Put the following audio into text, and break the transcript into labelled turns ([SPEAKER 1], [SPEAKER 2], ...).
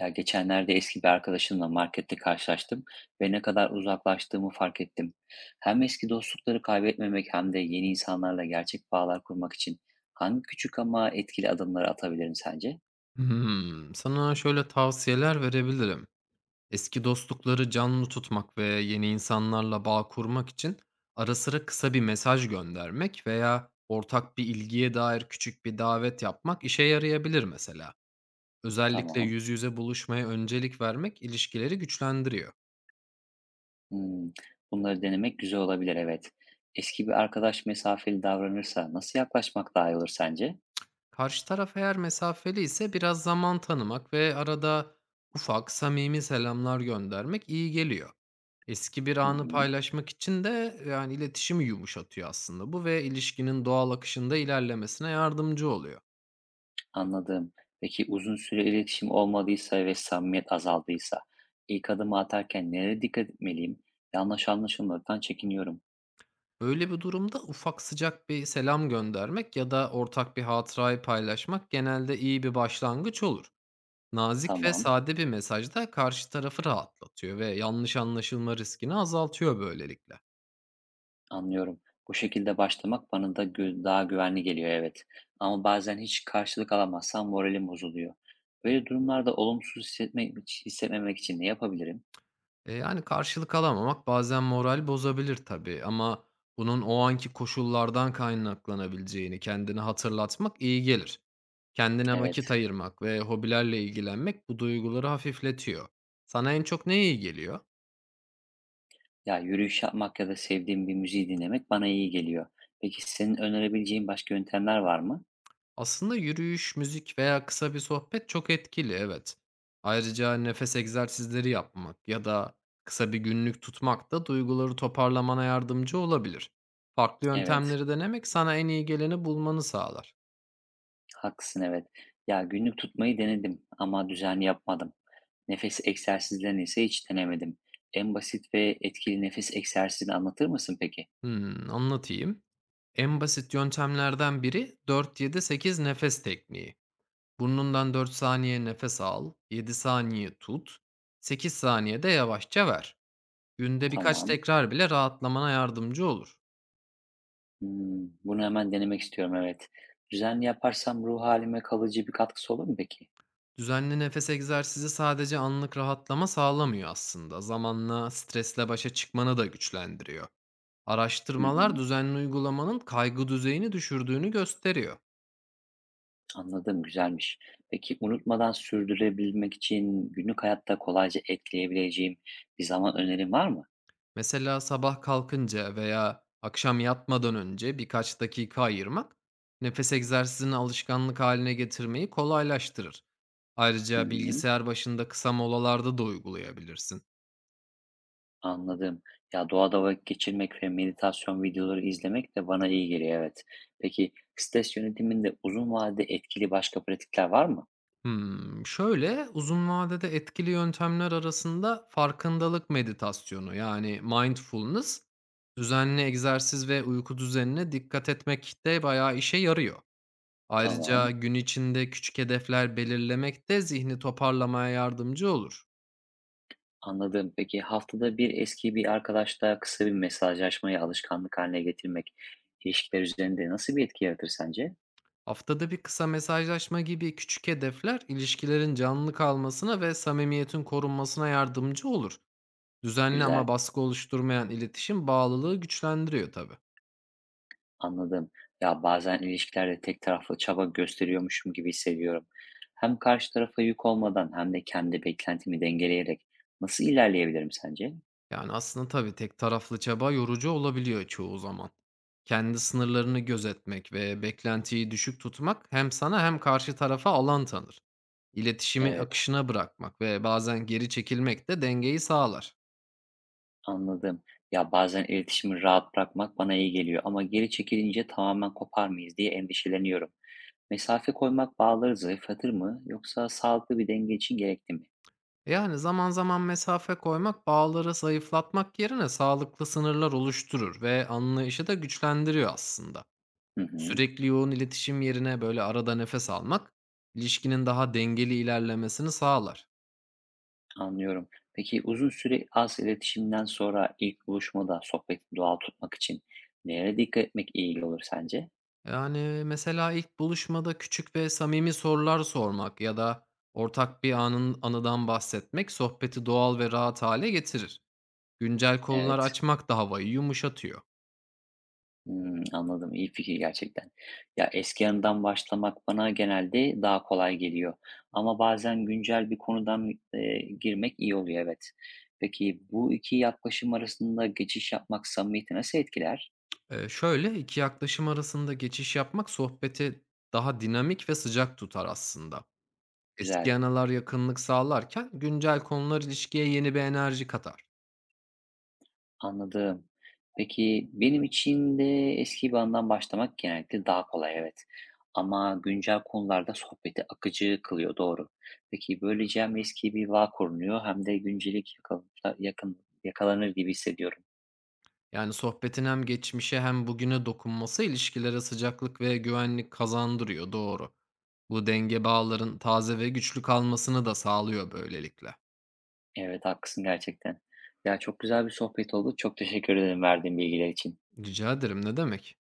[SPEAKER 1] Ya geçenlerde eski bir arkadaşımla markette karşılaştım ve ne kadar uzaklaştığımı fark ettim. Hem eski dostlukları kaybetmemek hem de yeni insanlarla gerçek bağlar kurmak için hangi küçük ama etkili adımları atabilirim sence?
[SPEAKER 2] Hımm. Sana şöyle tavsiyeler verebilirim. Eski dostlukları canlı tutmak ve yeni insanlarla bağ kurmak için ara sıra kısa bir mesaj göndermek veya ortak bir ilgiye dair küçük bir davet yapmak işe yarayabilir mesela. Özellikle
[SPEAKER 1] Tamam.
[SPEAKER 2] yüz yüze buluşmaya öncelik vermek ilişkileri güçlendiriyor.
[SPEAKER 1] Hmm, bunları denemek güzel olabilir, evet. Eski bir arkadaş mesafeli davranırsa nasıl yaklaşmak daha iyi olur sence?
[SPEAKER 2] Karşı taraf eğer mesafeli ise biraz zaman tanımak ve arada ufak, samimi selamlar göndermek iyi geliyor. Eski bir
[SPEAKER 1] Hı
[SPEAKER 2] anı
[SPEAKER 1] hı.
[SPEAKER 2] paylaşmak için de, yani, iletişimi yumuşatıyor aslında bu ve ilişkinin doğal akışında ilerlemesine yardımcı oluyor.
[SPEAKER 1] Anladım. Peki uzun süre iletişim olmadıysa ve samimiyet azaldıysa ilk adımı atarken nereye dikkat etmeliyim? Yanlış anlaşılmaktan çekiniyorum.
[SPEAKER 2] Böyle bir durumda ufak sıcak bir selam göndermek ya da ortak bir hatırayı paylaşmak genelde iyi bir başlangıç olur. Nazik ve
[SPEAKER 1] Tamam,
[SPEAKER 2] sade bir mesaj da karşı tarafı rahatlatıyor ve yanlış anlaşılma riskini azaltıyor böylelikle.
[SPEAKER 1] anlıyorum. Bu şekilde başlamak bana da daha güvenli geliyor, evet. Ama bazen hiç karşılık alamazsam moralim bozuluyor. Böyle durumlarda olumsuz hissetmemek için ne yapabilirim?
[SPEAKER 2] Yani karşılık alamamak bazen moral bozabilir tabii ama bunun o anki koşullardan kaynaklanabileceğini kendine hatırlatmak iyi gelir. Kendine
[SPEAKER 1] Evet,
[SPEAKER 2] vakit ayırmak ve hobilerle ilgilenmek bu duyguları hafifletiyor. Sana en çok ne iyi geliyor?
[SPEAKER 1] ya yürüyüş yapmak ya da sevdiğim bir müziği dinlemek bana iyi geliyor. Peki senin önerebileceğin başka yöntemler var mı?
[SPEAKER 2] Aslında yürüyüş, müzik veya kısa bir sohbet çok etkili, evet. Ayrıca nefes egzersizleri yapmak ya da kısa bir günlük tutmak da duyguları toparlamana yardımcı olabilir. Farklı
[SPEAKER 1] Evet.
[SPEAKER 2] yöntemleri denemek sana en iyi geleni bulmanı sağlar.
[SPEAKER 1] Haklısın, evet. Ya günlük tutmayı denedim ama düzenli yapmadım. Nefes egzersizlerini ise hiç denemedim. En basit ve etkili nefes egzersizini anlatır mısın peki?
[SPEAKER 2] Hımm, anlatayım. En basit yöntemlerden biri 4-7-8 nefes tekniği. Burnundan 4 saniye nefes al, 7 saniye tut, 8 saniye de yavaşça ver. Günde birkaç
[SPEAKER 1] Tamam.
[SPEAKER 2] tekrar bile rahatlamana yardımcı olur.
[SPEAKER 1] Hmm, bunu hemen denemek istiyorum, evet. Düzenli yaparsam ruh halime kalıcı bir katkısı olur mu peki?
[SPEAKER 2] Düzenli nefes egzersizi sadece anlık rahatlama sağlamıyor aslında. Zamanla stresle başa çıkmanı da güçlendiriyor.
[SPEAKER 1] Hı
[SPEAKER 2] Araştırmalar
[SPEAKER 1] hı,
[SPEAKER 2] düzenli uygulamanın kaygı düzeyini düşürdüğünü gösteriyor.
[SPEAKER 1] anladım, güzelmiş. Peki unutmadan sürdürebilmek için günlük hayatta kolayca ekleyebileceğim bir zaman önerin var mı?
[SPEAKER 2] Mesela sabah kalkınca veya akşam yatmadan önce birkaç dakika ayırmak, nefes egzersizini alışkanlık haline getirmeyi kolaylaştırır.
[SPEAKER 1] Hı
[SPEAKER 2] Ayrıca
[SPEAKER 1] hı.
[SPEAKER 2] bilgisayar başında kısa molalarda da uygulayabilirsin.
[SPEAKER 1] Anladım. Ya doğada vakit geçirmek ve meditasyon videoları izlemek de bana iyi geliyor, evet. Peki stres yönetiminde uzun vadede etkili başka pratikler var mı?
[SPEAKER 2] Hmm, şöyle uzun vadede etkili yöntemler arasında farkındalık meditasyonu yani mindfulness, düzenli egzersiz ve uyku düzenine dikkat etmek de bayağı işe yarıyor. Ayrıca
[SPEAKER 1] Tamam,
[SPEAKER 2] gün içinde küçük hedefler belirlemek de zihni toparlamaya yardımcı olur.
[SPEAKER 1] anladım. Peki haftada bir eski bir arkadaşla kısa bir mesajlaşmayı alışkanlık haline getirmek ilişkiler üzerinde nasıl bir etki yaratır sence?
[SPEAKER 2] Haftada bir kısa mesajlaşma gibi küçük hedefler ilişkilerin canlı kalmasına ve samimiyetin korunmasına yardımcı olur. Düzenli
[SPEAKER 1] Güzel,
[SPEAKER 2] ama baskı oluşturmayan iletişim bağlılığı güçlendiriyor tabii.
[SPEAKER 1] anladım. Ya bazen ilişkilerde tek taraflı çaba gösteriyormuşum gibi hissediyorum. Hem karşı tarafa yük olmadan hem de kendi beklentimi dengeleyerek nasıl ilerleyebilirim sence?
[SPEAKER 2] Yani aslında tabii tek taraflı çaba yorucu olabiliyor çoğu zaman. Kendi sınırlarını gözetmek ve beklentiyi düşük tutmak hem sana hem karşı tarafa alan tanır. İletişimi
[SPEAKER 1] Evet,
[SPEAKER 2] akışına bırakmak ve bazen geri çekilmek de dengeyi sağlar.
[SPEAKER 1] anladım. Ya bazen iletişimi rahat bırakmak bana iyi geliyor ama geri çekilince tamamen kopar mıyız diye endişeleniyorum. Mesafe koymak bağları zayıflatır mı yoksa sağlıklı bir denge için gerekli mi?
[SPEAKER 2] Yani zaman zaman mesafe koymak bağları zayıflatmak yerine sağlıklı sınırlar oluşturur ve anlayışı da güçlendiriyor aslında.
[SPEAKER 1] Hı hı,
[SPEAKER 2] Sürekli yoğun iletişim yerine böyle arada nefes almak ilişkinin daha dengeli ilerlemesini sağlar.
[SPEAKER 1] anlıyorum. Peki uzun süre az iletişimden sonra ilk buluşmada sohbeti doğal tutmak için nereye dikkat etmek iyi olur sence?
[SPEAKER 2] Yani mesela ilk buluşmada küçük ve samimi sorular sormak ya da ortak bir anın anıdan bahsetmek sohbeti doğal ve rahat hale getirir. Güncel konular
[SPEAKER 1] Evet.
[SPEAKER 2] açmak da havayı yumuşatıyor.
[SPEAKER 1] Hımm, anladım. İyi fikir gerçekten. Ya, eski anıdan başlamak bana genelde daha kolay geliyor ama bazen güncel bir konudan, girmek iyi oluyor, evet. Peki bu 2 yaklaşım arasında geçiş yapmak samimiyeti nasıl etkiler?
[SPEAKER 2] Şöyle, 2 yaklaşım arasında geçiş yapmak sohbeti daha dinamik ve sıcak tutar aslında. Eski
[SPEAKER 1] Güzel.
[SPEAKER 2] anılar yakınlık sağlarken güncel konular ilişkiye yeni bir enerji katar.
[SPEAKER 1] Anladım. Peki benim için de eski bir andan başlamak genellikle daha kolay, evet. Ama güncel konularda sohbeti akıcı kılıyor, doğru. Peki böylece hem eski bir bağ korunuyor hem de yakın yakalanır gibi hissediyorum.
[SPEAKER 2] Yani sohbetin hem geçmişe hem bugüne dokunması ilişkilere sıcaklık ve güvenlik kazandırıyor, doğru. Bu denge bağların taze ve güçlü kalmasını da sağlıyor böylelikle.
[SPEAKER 1] Evet, haklısın gerçekten. Ya çok güzel bir sohbet oldu. Çok teşekkür ederim verdiğin bilgiler için.
[SPEAKER 2] Rica ederim, ne demek.